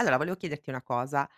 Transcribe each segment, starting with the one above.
Allora volevo chiederti una cosa.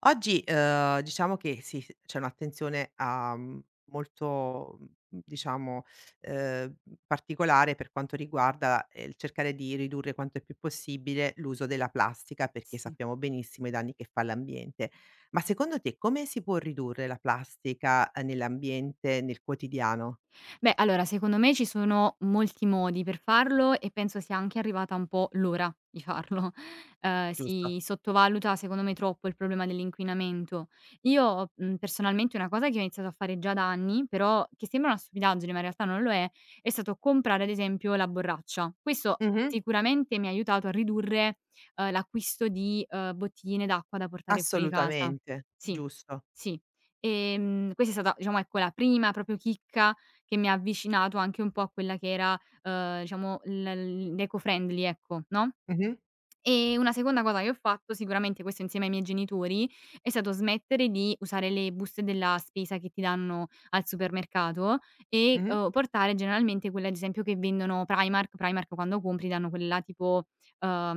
Oggi, diciamo che sì, s c'è un'attenzione a molto, diciamo, uhm, particolare per quanto riguarda, il cercare di ridurre quanto è più possibile l'uso della plastica, perché Sì. sappiamo benissimo i danni che fa all'ambiente. Ma secondo te come si può ridurre la plastica, nell'ambiente, nel quotidiano? Beh, allora secondo me ci sono molti modi per farlo e penso sia anche arrivata un po' l'ora di farlo. Ehm, Giusto. si sottovaluta secondo me troppo il problema dell'inquinamento. Io, personalmente una cosa che ho iniziato a fare già da anni, però che sembra una stupidaggine, ma in realtà non lo è stato comprare ad esempio la borraccia. Questo Mh-mh. sicuramente mi ha aiutato a ridurre, l'acquisto di, bottigline d'acqua da portare fuori casa. Assolutamente, Sì, giusto. sì. Questa è stata diciamo, ecco, la prima proprio chicca che mi ha avvicinato anche un po' a quella che era, diciamo l'eco-friendly, ecco, no? Mh-mh, E una seconda cosa che ho fatto, sicuramente questo insieme ai miei genitori, è stato smettere di usare le buste della spesa che ti danno al supermercato e, mh-mh. Portare generalmente quelle ad esempio che vendono Primark. Primark quando compri danno quelle là tipo,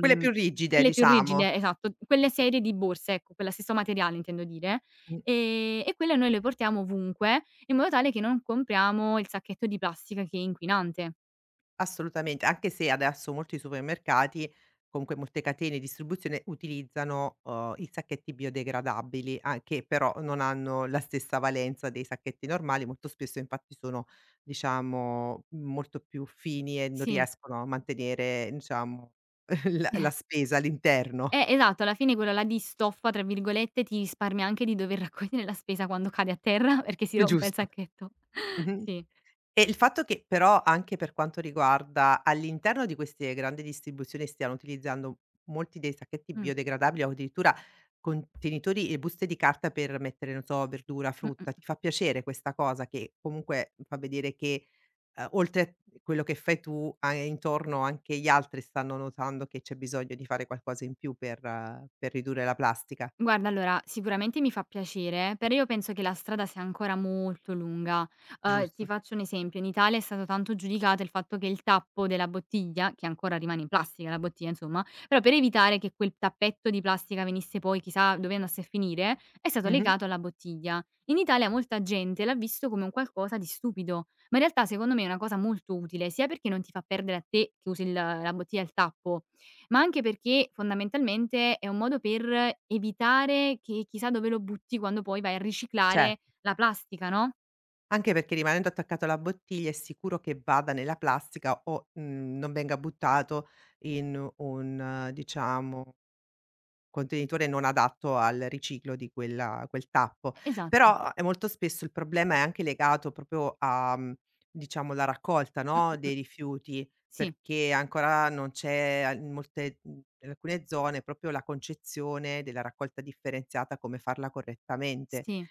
Quelle più rigide quelle più diciamo. rigide, esatto, quelle serie di borse, ecco, quella stesso materiale intendo dire, Mh. E quelle noi le portiamo ovunque in modo tale che non compriamo il sacchetto di plastica che è inquinante. Assolutamente, anche se adesso molti supermercati, comunque molte catene di distribuzione utilizzano, i sacchetti biodegradabili, a che però non hanno la stessa valenza dei sacchetti normali, molto spesso infatti sono diciamo molto più fini e non Sì. riescono a mantenere diciamo la spesa all'interno, Esatto, alla fine quella là di "stoffa" tra virgolette, ti risparmia anche di dover raccogliere la spesa quando cade a terra perché si rompe il giusto. sacchetto. Mh-mh. Sì. E il fatto che però, anche per quanto riguarda all'interno di queste grandi distribuzioni, stiano utilizzando molti dei sacchetti Mh. biodegradabili o addirittura contenitori e buste di carta per mettere, non so, verdura, Mh-mh. frutta, ti fa piacere questa cosa che comunque fa vedere che, oltre a quello che fai tu, a intorno anche gli altri stanno notando che c'è bisogno di fare qualcosa in più per ridurre la plastica, Guarda, allora sicuramente mi fa piacere, però io penso che la strada sia ancora molto lunga. Ti giusto? faccio un esempio: in Italia è stato tanto giudicato il fatto che il tappo della bottiglia, che ancora rimane in plastica la bottiglia insomma, però per evitare che quel tappetto di plastica venisse poi chissà dove andasse a finire, è stato Mh-mh. legato alla bottiglia. In Italia molta gente l'ha visto come un qualcosa di stupido, ma in realtà secondo me è una cosa molto utile, sia perché non ti fa perdere a te che usi il la bottiglia e il tappo, ma anche perché fondamentalmente è un modo per evitare che chissà dove lo butti quando poi vai a Cer riciclare la plastica, no? Anche perché rimanendo attaccato alla bottiglia è sicuro che vada nella plastica o, non venga buttato in un, diciamo, contenitore non adatto al riciclo di quel tappo. Esatto. Però, molto spesso il problema è anche legato proprio a, diciamo la raccolta, Mh, no, mh, mh. dei rifiuti, Sì, perché ancora non c'è a in molte mhmm, in alcune zone proprio la concezione della raccolta differenziata, come farla correttamente. sì.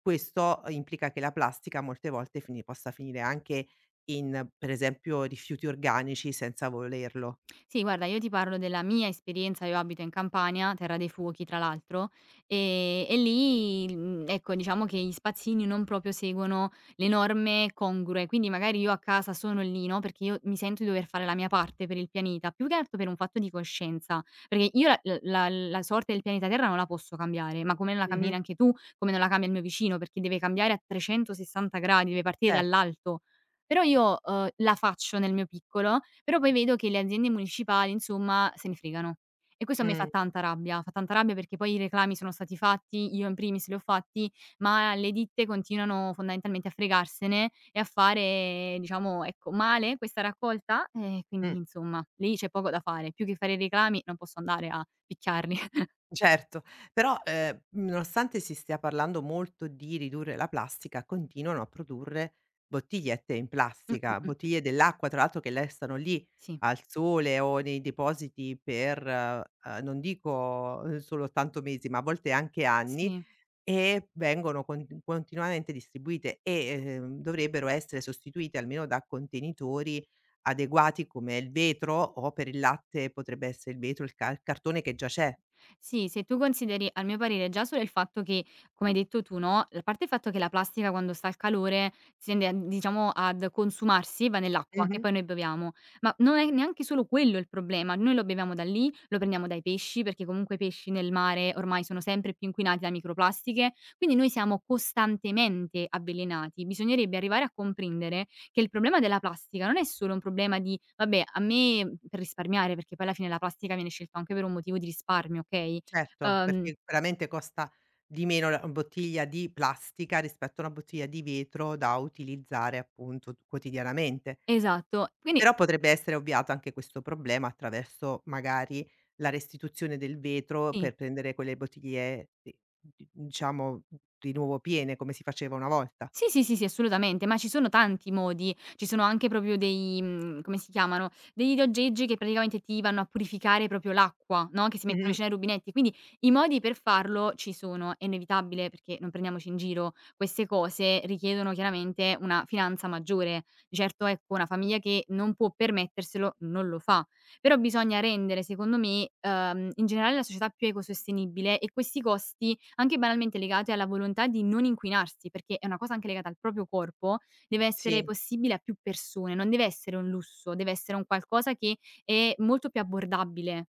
Questo implica che la plastica molte volte fini possa finire anche in, per esempio, rifiuti organici senza volerlo. Sì, guarda, io ti parlo della mia esperienza, io abito in Campania, terra dei fuochi tra l'altro, e lì, ecco, diciamo che gli spazzini non proprio seguono le norme congrue, quindi magari io a casa sono lì, no, perché io mi sento di dover fare la mia parte per il pianeta, più che altro per un fatto di coscienza, perché io la l la la sorte del pianeta Terra non la posso cambiare, ma come non la cambi Mh-mh, neanche tu, come non la cambia il mio vicino, perché deve cambiare a 360 gradi, deve partire certo. dall'alto. Però io, la faccio nel mio piccolo però poi vedo che le aziende municipali, insomma, se ne fregano. E questo a me Mh, fa tanta rabbia perché poi i reclami sono stati fatti, io in primis li ho fatti, ma le ditte continuano fondamentalmente a fregarsene e a fare, diciamo, ecco, male questa raccolta e mh, quindi insomma lì c'è poco da fare. Più che fare i reclami non posso andare a picchiarli. certo. Però, nonostante si stia parlando molto di ridurre la plastica, continuano a produrre bottigliette in plastica, mh. bottiglie dell'acqua tra l'altro che restano lì Sì, al sole o nei depositi per, non dico, soltanto mesi, ma a volte anche anni. sì. E vengono continuamente distribuite e, dovrebbero essere sostituite almeno da contenitori adeguati come il vetro o per il latte potrebbe essere il vetro, il cartone che già c'è. Sì, se tu consideri, al mio parere, già solo il fatto che, come hai detto tu, no, a parte il fatto che la plastica quando sta al calore si tende a diciamo ad consumarsi, va nell'acqua che Mh-mh. poi noi beviamo, ma non è neanche solo quello il problema, noi lo beviamo da lì, lo prendiamo dai pesci, perché comunque i pesci nel mare ormai sono sempre più inquinati da microplastiche, quindi noi siamo costantemente avvelenati. Bisognerebbe arrivare a comprendere che il problema della plastica non è solo un problema di vabbè a me per risparmiare, perché poi alla fine la plastica viene scelta anche per un motivo di risparmio, okay, Certo. uhm Perché veramente costa di meno la una bottiglia di plastica rispetto a una bottiglia di vetro da utilizzare appunto quotidianamente. esatto, quindi Però potrebbe essere ovviato anche questo problema attraverso, magari, la restituzione del vetro sì. per prendere quelle bottiglie di diciamo di nuovo piene, come si faceva una volta. Sì, sì, sì, sì, assolutamente, ma ci sono tanti modi. Ci sono anche proprio dei come si chiamano, degli aggeggi che praticamente ti vanno a purificare proprio l'acqua, no, che si mettono Mh-mh, vicino ai rubinetti. Quindi i modi per farlo ci sono, è inevitabile perché non prendiamoci in giro, queste cose richiedono chiaramente una finanza maggiore. Di certo, ecco, una famiglia che non può permetterselo non lo fa. Però bisogna rendere secondo me, in generale la società più ecosostenibile e questi costi anche banalmente legate alla volontà di non inquinarsi, perché è una cosa anche legata al proprio corpo, deve essere sì. possibile a più persone, non deve essere un lusso, deve essere un qualcosa che è molto più abbordabile.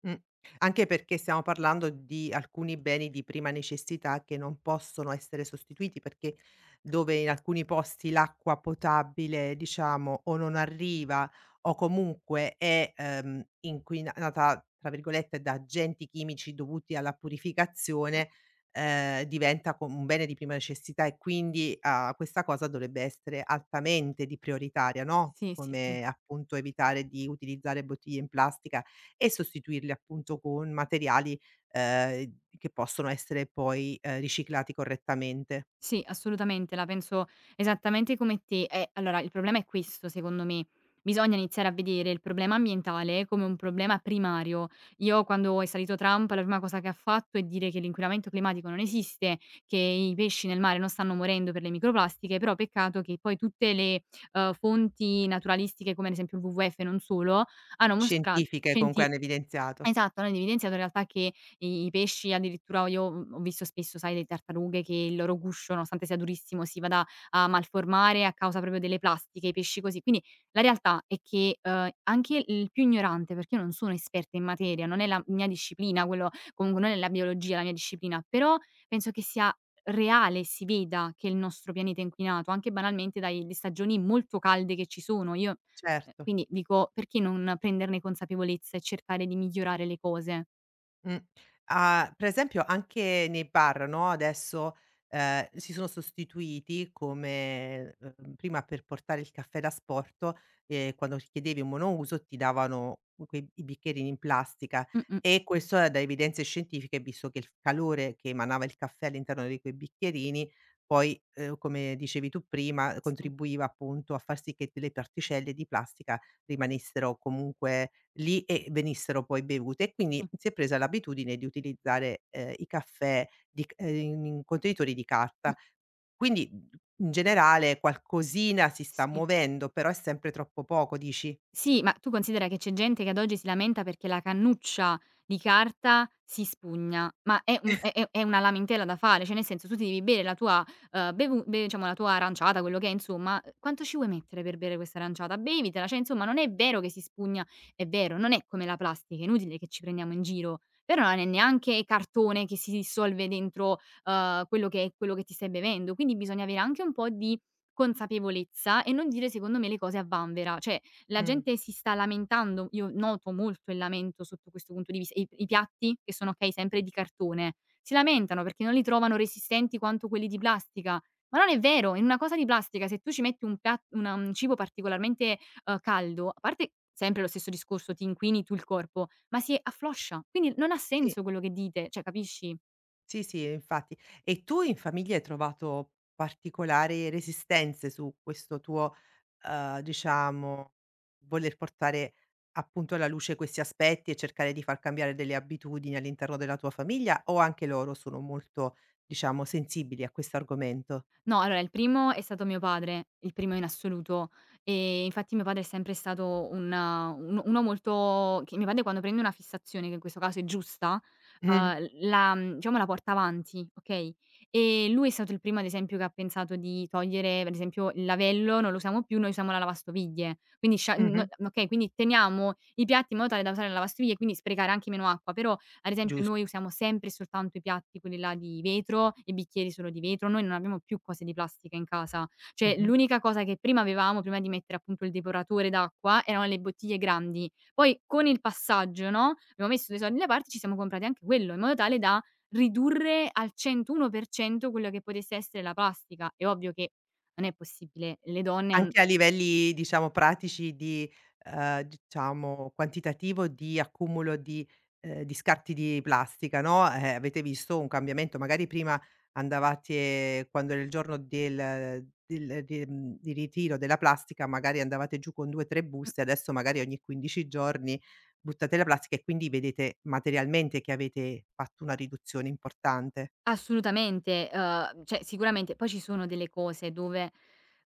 Mh. Anche perché stiamo parlando di alcuni beni di prima necessità che non possono essere sostituiti, perché dove in alcuni posti l'acqua potabile, diciamo, o non arriva o comunque è, "inquinata" tra virgolette da agenti chimici dovuti alla purificazione, diventa co un bene di prima necessità e quindi, questa cosa dovrebbe essere altamente di prioritaria, no, Sì, sì, sì. come appunto evitare di utilizzare bottiglie in plastica e sostituirli appunto con materiali, che possono essere poi, riciclati correttamente. Sì, assolutamente, la penso esattamente come te. E allora il problema è questo, secondo me. Bisogna iniziare a vedere il problema ambientale come un problema primario. Io quando è salito Trump la prima cosa che ha fatto è dire che l'inquinamento climatico non esiste, che i pesci nel mare non stanno morendo per le microplastiche, però peccato che poi tutte le, fonti naturalistiche come ad esempio il WWF e non solo, hanno mostra Scientifiche, con cui centi hanno evidenziato. Esatto, hanno evidenziato in realtà che i pesci addirittura io, ho visto spesso, sai, le tartarughe che il loro guscio, nonostante sia durissimo, si vada a malformare a causa proprio delle plastiche, i pesci così. Quindi la realtà è che, anche il più ignorante, perché io non sono esperta in materia, non è la mia disciplina, quello comunque non è la biologia la mia disciplina, però penso che sia reale, e si veda che il nostro pianeta è inquinato, anche banalmente dalle stagioni molto calde che ci sono. Io Certo. quindi dico, perché non prenderne consapevolezza e cercare di migliorare le cose? Mh. Ah, per esempio anche nei bar, no, adesso, si sono sostituiti come, prima per portare il caffè da asporto, quando chiedevi un monouso ti davano quei i bicchierini in plastica Mh-mh. e questo è da evidenze scientifiche, visto che il f calore che emanava il caffè all'interno di quei bicchierini poi, come dicevi tu prima, Sì, contribuiva appunto a far sì che delle particelle di plastica rimanessero comunque, lì e venissero poi bevute e quindi sì, si è presa l'abitudine di utilizzare, i caffè di c in contenitori di mh, carta. Quindi, in generale qualcosina si sta sì. muovendo, però è sempre troppo poco, dici? Sì, ma tu considera che c'è gente che ad oggi si lamenta perché la cannuccia di carta si spugna, ma è un è una lamentela da fare, cioè nel senso tu ti devi bere la tua, bevu be diciamo la tua aranciata, quello che è insomma, quanto ci vuoi mettere per bere questa aranciata? Bevitela, cioè insomma non è vero che si spugna, è vero, non è come la plastica, è inutile che ci prendiamo in giro, però non è neanche cartone che si dissolve dentro, quello che è quello che ti stai bevendo, quindi bisogna avere anche un po' di consapevolezza e non dire secondo me le cose a vanvera, cioè la Mh. gente si sta lamentando, io noto molto il lamento sotto questo punto di vista. I piatti che sono okay, sempre di cartone, si lamentano perché non li trovano resistenti quanto quelli di plastica, ma non è vero. In una cosa di plastica se tu ci metti un pia una un cibo particolarmente, caldo, a parte sempre lo stesso discorso, ti inquini tu il corpo, ma si affloscia. Quindi non ha Sì, senso quello che dite, cioè capisci? sì, sì, infatti. E tu in famiglia hai trovato particolari resistenze su questo tuo, diciamo, voler portare appunto alla luce questi aspetti e cercare di far cambiare delle abitudini all'interno della tua famiglia o anche loro sono molto, diciamo, sensibili a questo argomento? No, allora il primo è stato mio padre, il primo in assoluto. Infatti mio padre è sempre stato un uno molto che mio padre quando prende una fissazione, che in questo caso è giusta, Mh-mh, diciamo la porta avanti, okay, e lui è stato il primo ad esempio che ha pensato di togliere, per esempio, il lavello non lo usiamo più, noi usiamo la lavastoviglie. Quindi scia no mh-mh, okay, quindi teniamo i piatti in modo tale da usare la lavastoviglie e quindi sprecare anche meno acqua, però ad esempio noi giusto. usiamo sempre e soltanto i piatti quelli là di vetro, i bicchieri solo di vetro, noi non abbiamo più cose di plastica in casa. Cioè Mh-mh. l'unica cosa che prima avevamo, prima di mettere appunto il depuratore d'acqua, erano le bottiglie grandi. Poi con il passaggio, no, abbiamo messo dei soldi da parte, ci siamo comprati anche quello, in modo tale da ridurre al 101% quello che potesse essere la plastica. È ovvio che non è possibile, le donne han Anche a livelli, diciamo, pratici di diciamo, quantitativo di accumulo di di scarti di plastica, no, avete visto un cambiamento, magari prima andavate quando era il giorno di ritiro della plastica, magari andavate giù con 2, 3 buste, adesso magari ogni 15 giorni buttate la plastica e quindi vedete materialmente che avete fatto una riduzione importante. Assolutamente, cioè sicuramente poi ci sono delle cose dove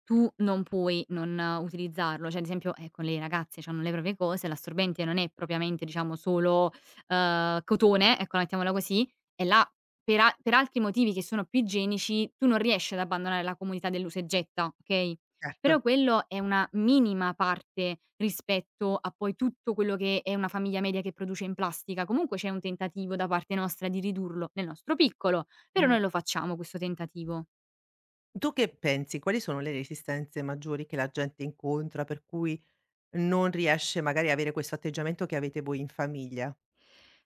tu non puoi non utilizzarlo, cioè ad esempio, ecco, le ragazze c'hanno le proprie cose, l'assorbente non è propriamente diciamo solo, cotone, ecco, la mettiamola così, e là per altri motivi che sono più igienici tu non riesci ad abbandonare la comodità dell'usa e getta, okay, però Certo. quello è una minima parte rispetto a poi tutto quello che è una famiglia media che produce in plastica. Comunque c'è un tentativo da parte nostra di ridurlo nel nostro piccolo. Però Mh. noi lo facciamo questo tentativo. Tu che pensi? Quali sono le resistenze maggiori che la gente incontra, per cui non riesce magari a avere questo atteggiamento che avete voi in famiglia?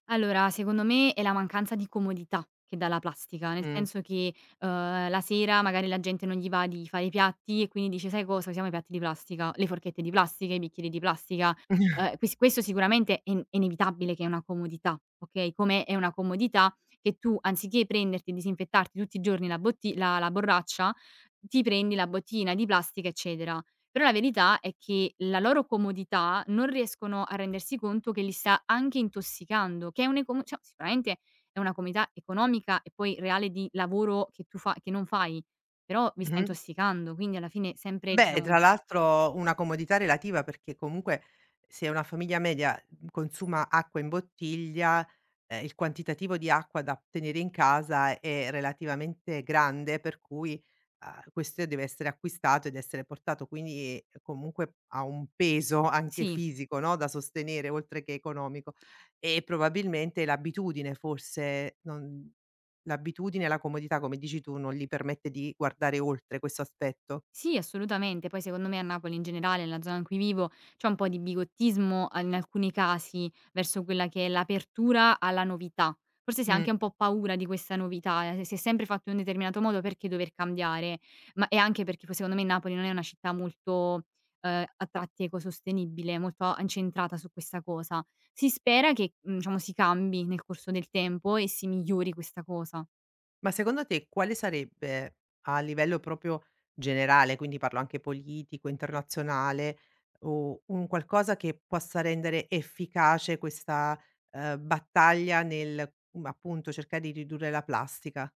Allora, secondo me è la mancanza di comodità che dà la plastica, nel Mh. senso che, la sera magari la gente non gli va di fare i piatti e quindi dice: "Sai cosa? Usiamo i piatti di plastica, le forchette di plastica, i bicchieri di plastica". Questo sicuramente è inevitabile che è una comodità, okay, come è una comodità che tu anziché prenderti e disinfettarti tutti i giorni la borraccia, ti prendi la bottiglina di plastica, eccetera. Però la verità è che la loro comodità non riescono a rendersi conto che li sta anche intossicando, che è un'econo cioè sicuramente è una comodità economica e poi reale di lavoro che tu fa che non fai, però vi sta Mh-mh. intossicando, quindi alla fine sempre Beh, diciamo tra l'altro una comodità relativa perché comunque se una famiglia media, consuma acqua in bottiglia, il quantitativo di acqua da tenere in casa è relativamente grande, per cui, questo deve essere acquistato ed essere portato, quindi comunque ha un peso anche sì. fisico, no, da sostenere oltre che economico. E probabilmente l'abitudine forse non l'abitudine e la comodità, come dici tu, non gli permette di guardare oltre questo aspetto. Sì, assolutamente. Poi secondo me a Napoli in generale, nella zona in cui vivo, c'è un po' di bigottismo a in alcuni casi verso quella che è l'apertura alla novità. Forse si ha anche Mh. un po' paura di questa novità, si è sempre fatto in un determinato modo perché dover cambiare? Ma e anche perché poi secondo me Napoli non è una città molto, a tratti ecosostenibile, molto a incentrata su questa cosa. Si spera che, diciamo si cambi nel corso del tempo e si migliori questa cosa. Ma secondo te quale sarebbe, a livello proprio generale, quindi parlo anche politico, internazionale, o un qualcosa che possa rendere efficace questa, battaglia nel, appunto cercare di ridurre la plastica?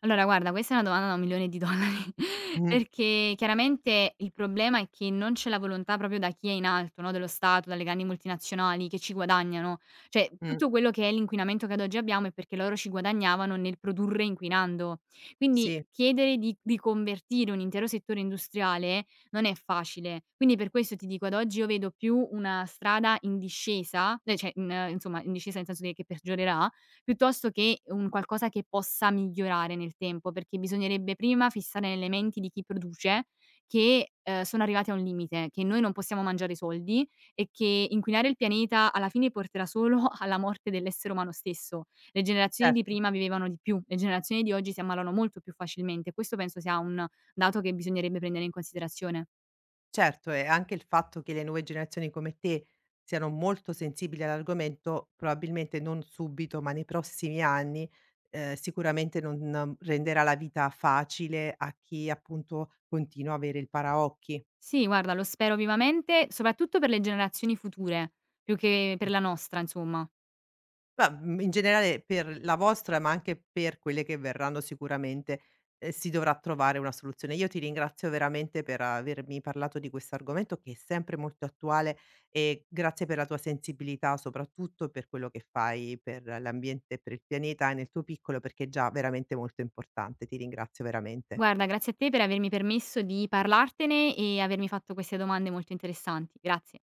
Allora guarda, questa è una domanda da $1.000.000, Mh-mh. perché chiaramente il problema è che non c'è la volontà proprio da chi è in alto, no, dello Stato, dalle grandi multinazionali che ci guadagnano. Cioè, Mh. tutto quello che è l'inquinamento che ad oggi abbiamo è perché loro ci guadagnavano nel produrre inquinando. Quindi Sì, chiedere di convertire un intero settore industriale non è facile. Quindi per questo ti dico, ad oggi io vedo più una strada in discesa, cioè in insomma in discesa nel senso che peggiorerà piuttosto che un qualcosa che possa migliorare nel tempo, perché bisognerebbe prima fissare nelle menti di chi produce che, sono arrivati a un limite, che noi non possiamo mangiare i soldi e che inquinare il pianeta alla fine porterà solo alla morte dell'essere umano stesso. Le generazioni cer di prima vivevano di più, le generazioni di oggi si ammalano molto più facilmente. Questo penso sia un dato che bisognerebbe prendere in considerazione. certo, e anche il fatto che le nuove generazioni come te siano molto sensibili all'argomento, probabilmente non subito, ma nei prossimi anni, sicuramente non renderà la vita facile a chi appunto continua a avere il paraocchi. Sì, guarda, lo spero vivamente, soprattutto per le generazioni future, più che per la nostra, insomma. Ma, in generale per la vostra, ma anche per quelle che verranno sicuramente, si dovrà trovare una soluzione. Io ti ringrazio veramente per avermi parlato di questo argomento che è sempre molto attuale e grazie per la tua sensibilità, soprattutto per quello che fai per l'ambiente, per il pianeta e nel tuo piccolo, perché è già veramente molto importante. Ti ringrazio veramente. Guarda, grazie a te per avermi permesso di parlartene e avermi fatto queste domande molto interessanti. Grazie.